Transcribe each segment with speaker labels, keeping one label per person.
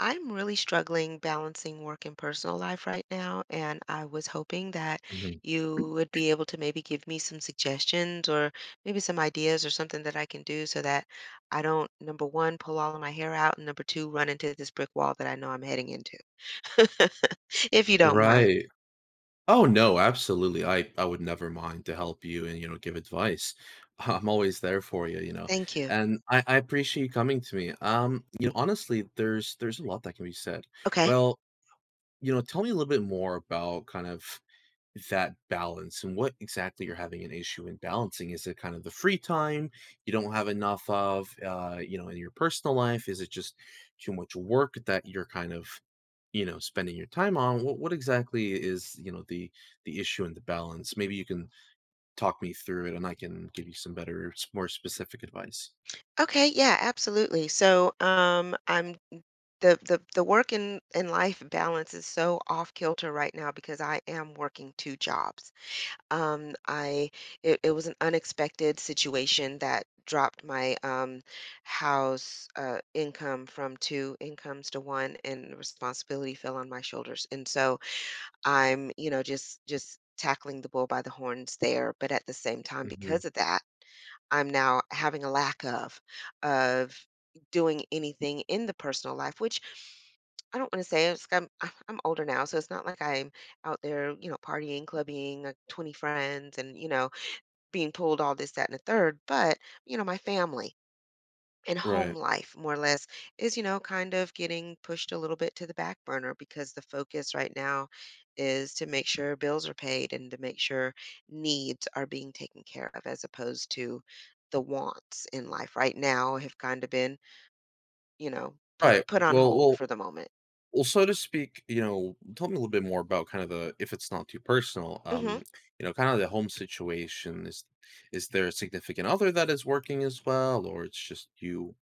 Speaker 1: I'm really struggling balancing work and personal life right now, and I was hoping that
Speaker 2: Mhm.
Speaker 1: you would be able to maybe give me some suggestions or maybe some ideas or something that I can do so that I don't, number one, pull all of my hair out, and number two, run into this brick wall that I know I'm heading into. If you don't mind.
Speaker 2: Right. Oh no, absolutely. I would never mind to help you and give advice. I'm always there for you, you know.
Speaker 1: Thank you.
Speaker 2: And I appreciate you coming to me. Honestly, there's a lot that can be said.
Speaker 1: Okay.
Speaker 2: Well, you know, tell me a little bit more about kind of that balance and what exactly you're having an issue in balancing. Is it kind of the free time you don't have enough of, you know, in your personal life? Is it just too much work that you're kind of, you know, spending your time on? What exactly is, you know, the issue and the balance? Maybe you can talk me through it, and I can give you some better more specific advice.
Speaker 1: Okay, yeah, absolutely. So, I'm the work and life balance is so off kilter right now because I am working two jobs. I It was an unexpected situation that dropped my house income from two incomes to one, and the responsibility fell on my shoulders. And so I'm, you know, just tackling the bull by the horns there. But at the same time,
Speaker 2: Hmm.
Speaker 1: because of that, I'm now having a lack of of doing anything in the personal life, which I don't wanna say it's. I'm older now, so it's not like I'm out there, you know, partying, clubbing, like 20 friends and, you know, being pulled all this, that, and the third, but, you know, my family and home
Speaker 2: right
Speaker 1: life more or less is, you know, kind of getting pushed a little bit to the back burner because the focus right now is to make sure bills are paid and to make sure needs are being taken care of as opposed to the wants in life right now have kind of been, you know, put
Speaker 2: right
Speaker 1: put on
Speaker 2: well
Speaker 1: hold
Speaker 2: well
Speaker 1: for the moment.
Speaker 2: Well, so to speak, you know, tell me a little bit more about kind of the, if it's not too personal,
Speaker 1: Mhm.
Speaker 2: you know, kind of the home situation. Is there a significant other that is working as well, or it's just you?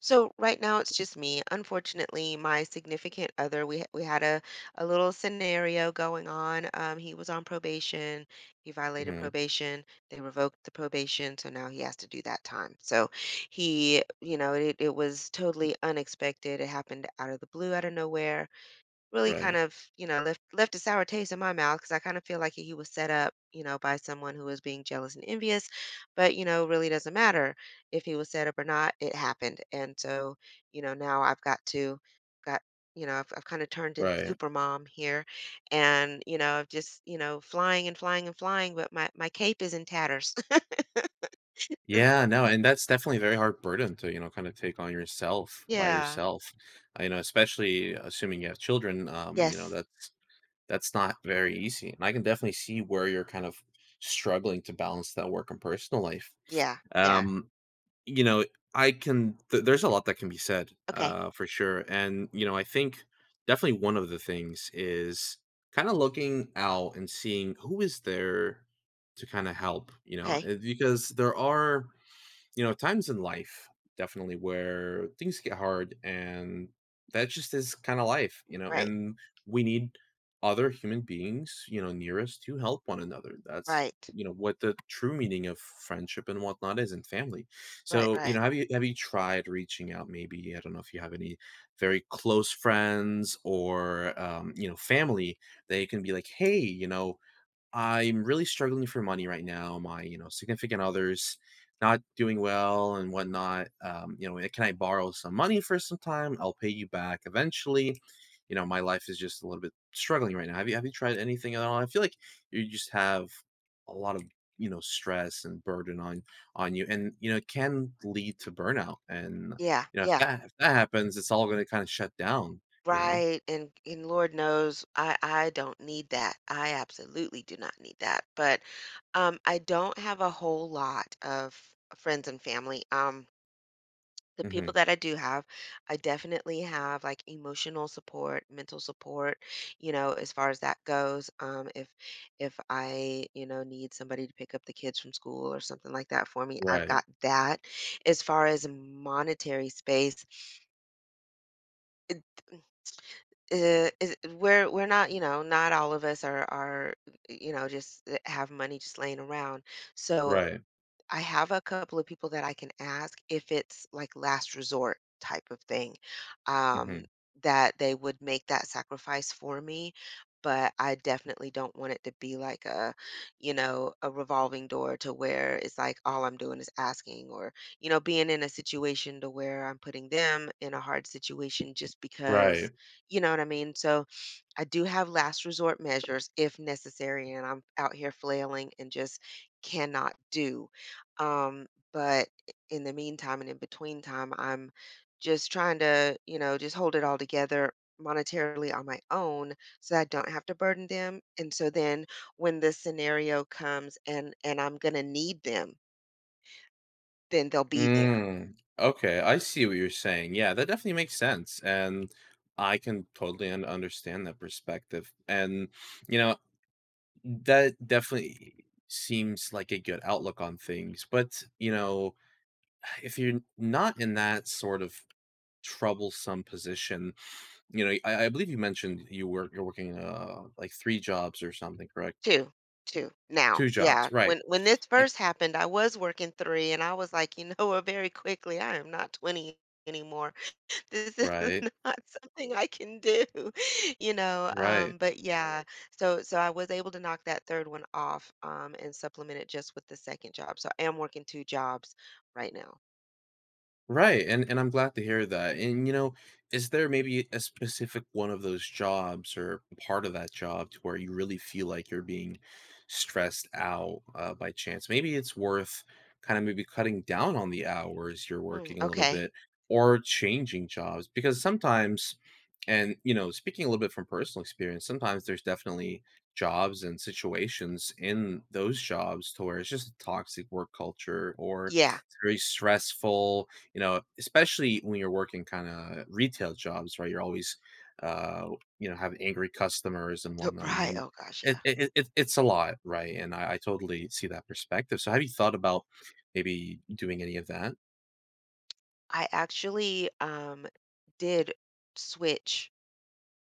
Speaker 1: So right now it's just me. Unfortunately, my significant other, we had a little scenario going on. He was on probation. He violated
Speaker 2: Hmm.
Speaker 1: probation. They revoked the probation, so now he has to do that time. So he, you know, it was totally unexpected. It happened out of the blue, out of nowhere. Really kind
Speaker 2: Right,
Speaker 1: of, you know, left a sour taste in my mouth because I kinda feel like he was set up, you know, by someone who was being jealous and envious, but, you know, really doesn't matter if he was set up or not, it happened, and so, you know, now I've got to got you know, I've kinda turned into
Speaker 2: right.
Speaker 1: super mom here and, you know, I've just, you know, flying and flying and flying, but my cape is in tatters.
Speaker 2: Yeah, no, and that's definitely a very hard burden to, you know, kind of take on yourself by
Speaker 1: Yeah.
Speaker 2: yourself. You know, especially assuming you have children, you know,
Speaker 1: Yes.
Speaker 2: that's not very easy. And I can definitely see where you're kind of struggling to balance that work and personal life.
Speaker 1: Yeah, yeah.
Speaker 2: Um, You know, I can th there's a lot that can be said,
Speaker 1: Okay,
Speaker 2: for sure, and, you know, I think definitely one of the things is kinda looking out and seeing who is there to kinda help, you know,
Speaker 1: okay.
Speaker 2: because there are, you know, times in life definitely where things get hard, and that just is kind of life, you know,
Speaker 1: Right,
Speaker 2: and we need other human beings, you know, near us to help one another. That's,
Speaker 1: right,
Speaker 2: you know, what the true meaning of friendship and whatnot is, and family.
Speaker 1: right,
Speaker 2: So, you
Speaker 1: right.
Speaker 2: know, have you tried reaching out maybe? I don't know if you have any very close friends or, you know, family that you can be like, hey, you know, I'm really struggling for money right now. My, you know, significant other's not doing well and whatnot. You know, can I borrow some money for some time? I'll pay you back eventually. You know, my life is just a little bit struggling right now. Have you tried anything at all? I feel like you just have a lot of, you know, stress and burden on you, and you know it can lead to burnout. And
Speaker 1: Yeah,
Speaker 2: you know
Speaker 1: yeah.
Speaker 2: if that happens, it's all going to kind of shut down. You know.
Speaker 1: Right, and Lord knows I don't need that. I absolutely do not need that. But I don't have a whole lot of friends and family. The people
Speaker 2: Hmm.
Speaker 1: that I do have, I definitely have like emotional support, mental support, you know, as far as that goes. If I, you know, need somebody to pick up the kids from school or something like that for me, I've
Speaker 2: Right.
Speaker 1: got that. As far as monetary space, is we're not, you know, not all of us are, you know, just have money just laying around. So
Speaker 2: Right.
Speaker 1: I have a couple of people that I can ask if it's like last resort type of thing, um,
Speaker 2: Hmm.
Speaker 1: that they would make that sacrifice for me. But I definitely don't want it to be like a, you know, a revolving door to where it's like all I'm doing is asking or, you know, being in a situation to where I'm putting them in a hard situation just because,
Speaker 2: Right.
Speaker 1: you know what I mean? So I do have last resort measures if necessary and I'm out here flailing and just cannot do. Um, but in the meantime and in between time, I'm just trying to, you know, just hold it all together monetarily on my own so I don't have to burden them. And so then when this scenario comes and I'm going to need them, then they'll be there
Speaker 2: Mm, okay, I see what you're saying. Yeah, that definitely makes sense. And I can totally understand that perspective. And, you know, that definitely seems like a good outlook on things. But, you know, if you're not in that sort of troublesome position, you know, I believe you mentioned you work, you're working, like three jobs or something, correct?
Speaker 1: 2, 2. Now,
Speaker 2: Two jobs,
Speaker 1: yeah,
Speaker 2: right?
Speaker 1: when this
Speaker 2: Eh,
Speaker 1: first happened, I was working 3 and I was like, "You know what, very quickly, I am not 20 anymore. This is
Speaker 2: Right,
Speaker 1: not something I can do." You know,
Speaker 2: right.
Speaker 1: but yeah, so I was able to knock that 3rd one off, and supplement it just with the 2nd job. So I am working 2 jobs right now.
Speaker 2: Right, and I'm glad to hear that. And you know, is there maybe a specific one of those jobs or part of that job to where you really feel like you're being stressed out, by chance? Maybe it's worth kind of maybe cutting down on the hours you're
Speaker 1: Mm,
Speaker 2: working a little
Speaker 1: okay.
Speaker 2: bit or changing jobs, because sometimes, and you know, speaking a little bit from personal experience, sometimes there's definitely jobs and situations in those jobs to where it's just a toxic work culture, or
Speaker 1: Yeah.
Speaker 2: it's very stressful, you know, especially when you're working kind of retail jobs, right? You're always, uh, you know, have angry customers and whatnot. I
Speaker 1: Right,
Speaker 2: mean,
Speaker 1: oh gosh, yeah.
Speaker 2: it's a lot, right? And I totally see that perspective. So, have you thought about maybe doing any of that?
Speaker 1: I actually, did switch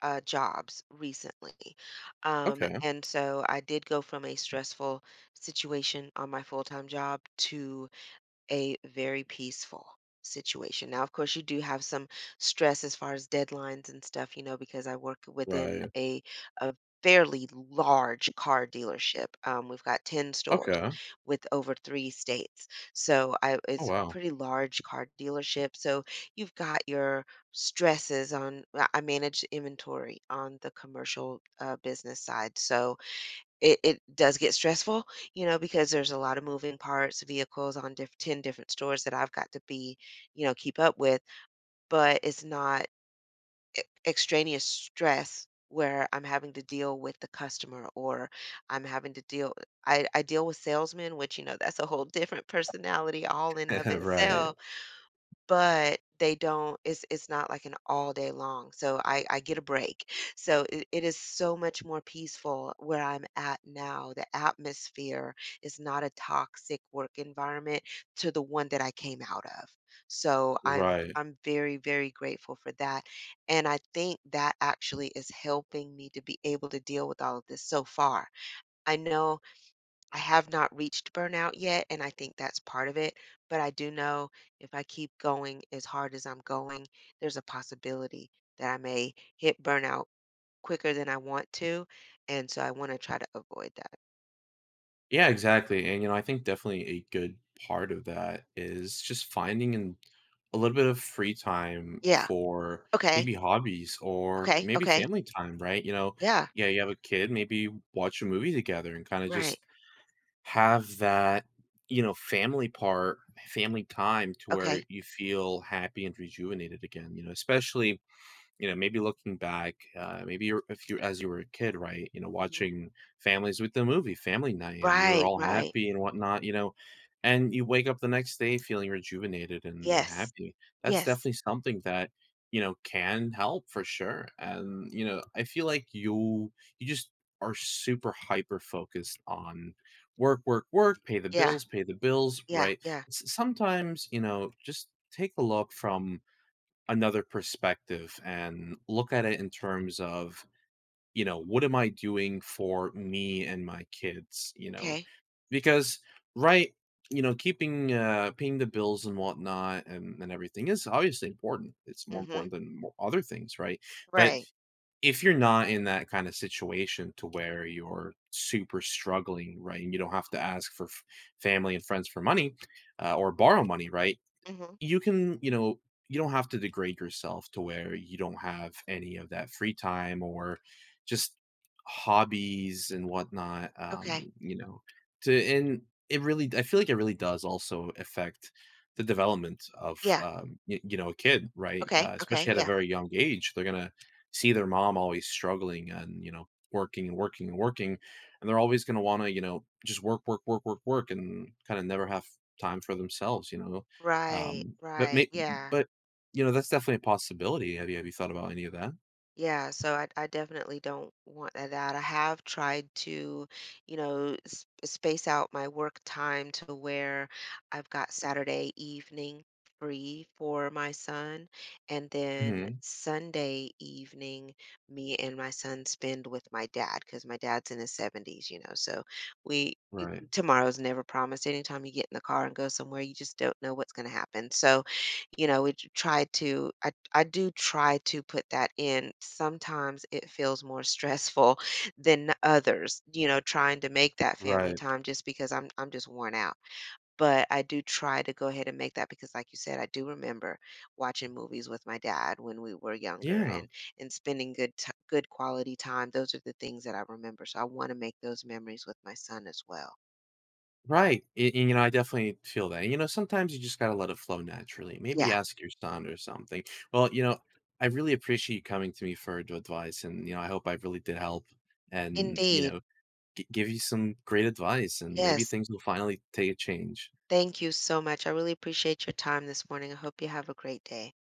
Speaker 1: jobs recently.
Speaker 2: Okay,
Speaker 1: And so I did go from a stressful situation on my full time job to a very peaceful situation. Now, of course, you do have some stress as far as deadlines and stuff, you know, because I work within
Speaker 2: right.
Speaker 1: a fairly large car dealership. We've got 10 stores
Speaker 2: Okay.
Speaker 1: with over three states. So I
Speaker 2: Oh
Speaker 1: it's a
Speaker 2: wow.
Speaker 1: pretty large car dealership. So you've got your stresses on I manage inventory on the commercial business side. So it does get stressful, you know, because there's a lot of moving parts, vehicles on diff 10 different stores that I've got to be, you know, keep up with, but it's not e extraneous stress where I'm having to deal with the customer or I'm having to deal I deal with salesmen, which, you know, that's a whole different personality all in of Right.
Speaker 2: Right.
Speaker 1: itself but they don't it's not like an all day long so I get a break so it is so much more peaceful where I'm at now. The atmosphere is not a toxic work environment to the one that I came out of, so i'm
Speaker 2: Right.
Speaker 1: i'm very very grateful for that and I think that actually is helping me to be able to deal with all of this so far. I know I have not reached burnout yet, and I think that's part of it. But I do know if I keep going as hard as I'm going, there's a possibility that I may hit burnout quicker than I want to. And so I want to try to avoid that.
Speaker 2: Yeah, exactly. And you know, I think definitely a good part of that is just finding a little bit of free time
Speaker 1: Yeah.
Speaker 2: for
Speaker 1: Okay.
Speaker 2: maybe hobbies or
Speaker 1: Okay.
Speaker 2: maybe
Speaker 1: Okay.
Speaker 2: family time, right? You know,
Speaker 1: Yeah.
Speaker 2: yeah, you have a kid, maybe watch a movie together and kind of
Speaker 1: Right.
Speaker 2: just have that, you know, family part, family time to
Speaker 1: Okay.
Speaker 2: where you feel happy and rejuvenated again, you know, especially, you know, maybe looking back, maybe you're, if you, as you were a kid, right, you know,
Speaker 1: hmm
Speaker 2: watching families with the movie, family night, and you were
Speaker 1: Right.
Speaker 2: all
Speaker 1: Right.
Speaker 2: happy and whatnot, you know, and you wake up the next day feeling rejuvenated and
Speaker 1: Yes.
Speaker 2: happy. That's
Speaker 1: Yes.
Speaker 2: definitely something that, you know, can help for sure. And, you know, I feel like you just are super hyper focused on work, work, work,
Speaker 1: Yeah.
Speaker 2: pay the bills,
Speaker 1: Yeah.
Speaker 2: right?
Speaker 1: Yeah.
Speaker 2: Sometimes, you know, just take a look from another perspective and look at it in terms of, you know, what am I doing for me and my kids, you know?
Speaker 1: Okay.
Speaker 2: Because right, you know, keeping, paying the bills and whatnot and everything is obviously important. It's more
Speaker 1: Mm-hmm.
Speaker 2: important than other things, right? But
Speaker 1: Right.
Speaker 2: if you're not in that kind of situation to where you're super struggling, right, and you don't have to ask for family and friends for money, or borrow money, right?
Speaker 1: Mm-hmm.
Speaker 2: You can, you know, you don't have to degrade yourself to where you don't have any of that free time or just hobbies and whatnot.
Speaker 1: Okay.
Speaker 2: You know, to and it really, I feel like it really does also affect the development of,
Speaker 1: Yeah.
Speaker 2: you, you know, a kid, right?
Speaker 1: Okay. Okay.
Speaker 2: Especially at a
Speaker 1: Yeah.
Speaker 2: very young age, they're gonna see their mom always struggling and you know working and working and working, and they're always gonna want to, you know, just work, work, work, work, work, and kind of never have time for themselves. You know,
Speaker 1: Right.
Speaker 2: um, but
Speaker 1: Right.
Speaker 2: may
Speaker 1: Yeah.
Speaker 2: but you know, that's definitely a possibility. Have you thought about any of that?
Speaker 1: Yeah, so I definitely don't want that out. I have tried to, you know, s space out my work time to where I've got Saturday evening free for my son, and then
Speaker 2: Mhm.
Speaker 1: Sunday evening, me and my son spend with my dad because my dad's in his 70s, you know. So we it-
Speaker 2: Right.
Speaker 1: tomorrow's never promised. Anytime you get in the car and go somewhere, you just don't know what's going to happen. So you know, we try to I do try to put that in. Sometimes it feels more stressful than others, you know, trying to make that family
Speaker 2: Right.
Speaker 1: time just because I'm just worn out. But I do try to go ahead and make that because like you said, I do remember watching movies with my dad when we were younger
Speaker 2: Yeah.
Speaker 1: and spending good t good quality time. Those are the things that I remember. So I wanna make those memories with my son as well.
Speaker 2: Right. And, you know, I definitely feel that. You know, sometimes you just gotta let it flow naturally. Maybe
Speaker 1: Yeah,
Speaker 2: ask your son or something. Well, you know, I really appreciate you coming to me for ad advice, and, you know, I hope I really did help. And, you
Speaker 1: indeed.
Speaker 2: know, gi give you some great advice, and maybe
Speaker 1: Yes.
Speaker 2: things will finally take a change.
Speaker 1: Thank you so much. I really appreciate your time this morning. I hope you have a great day.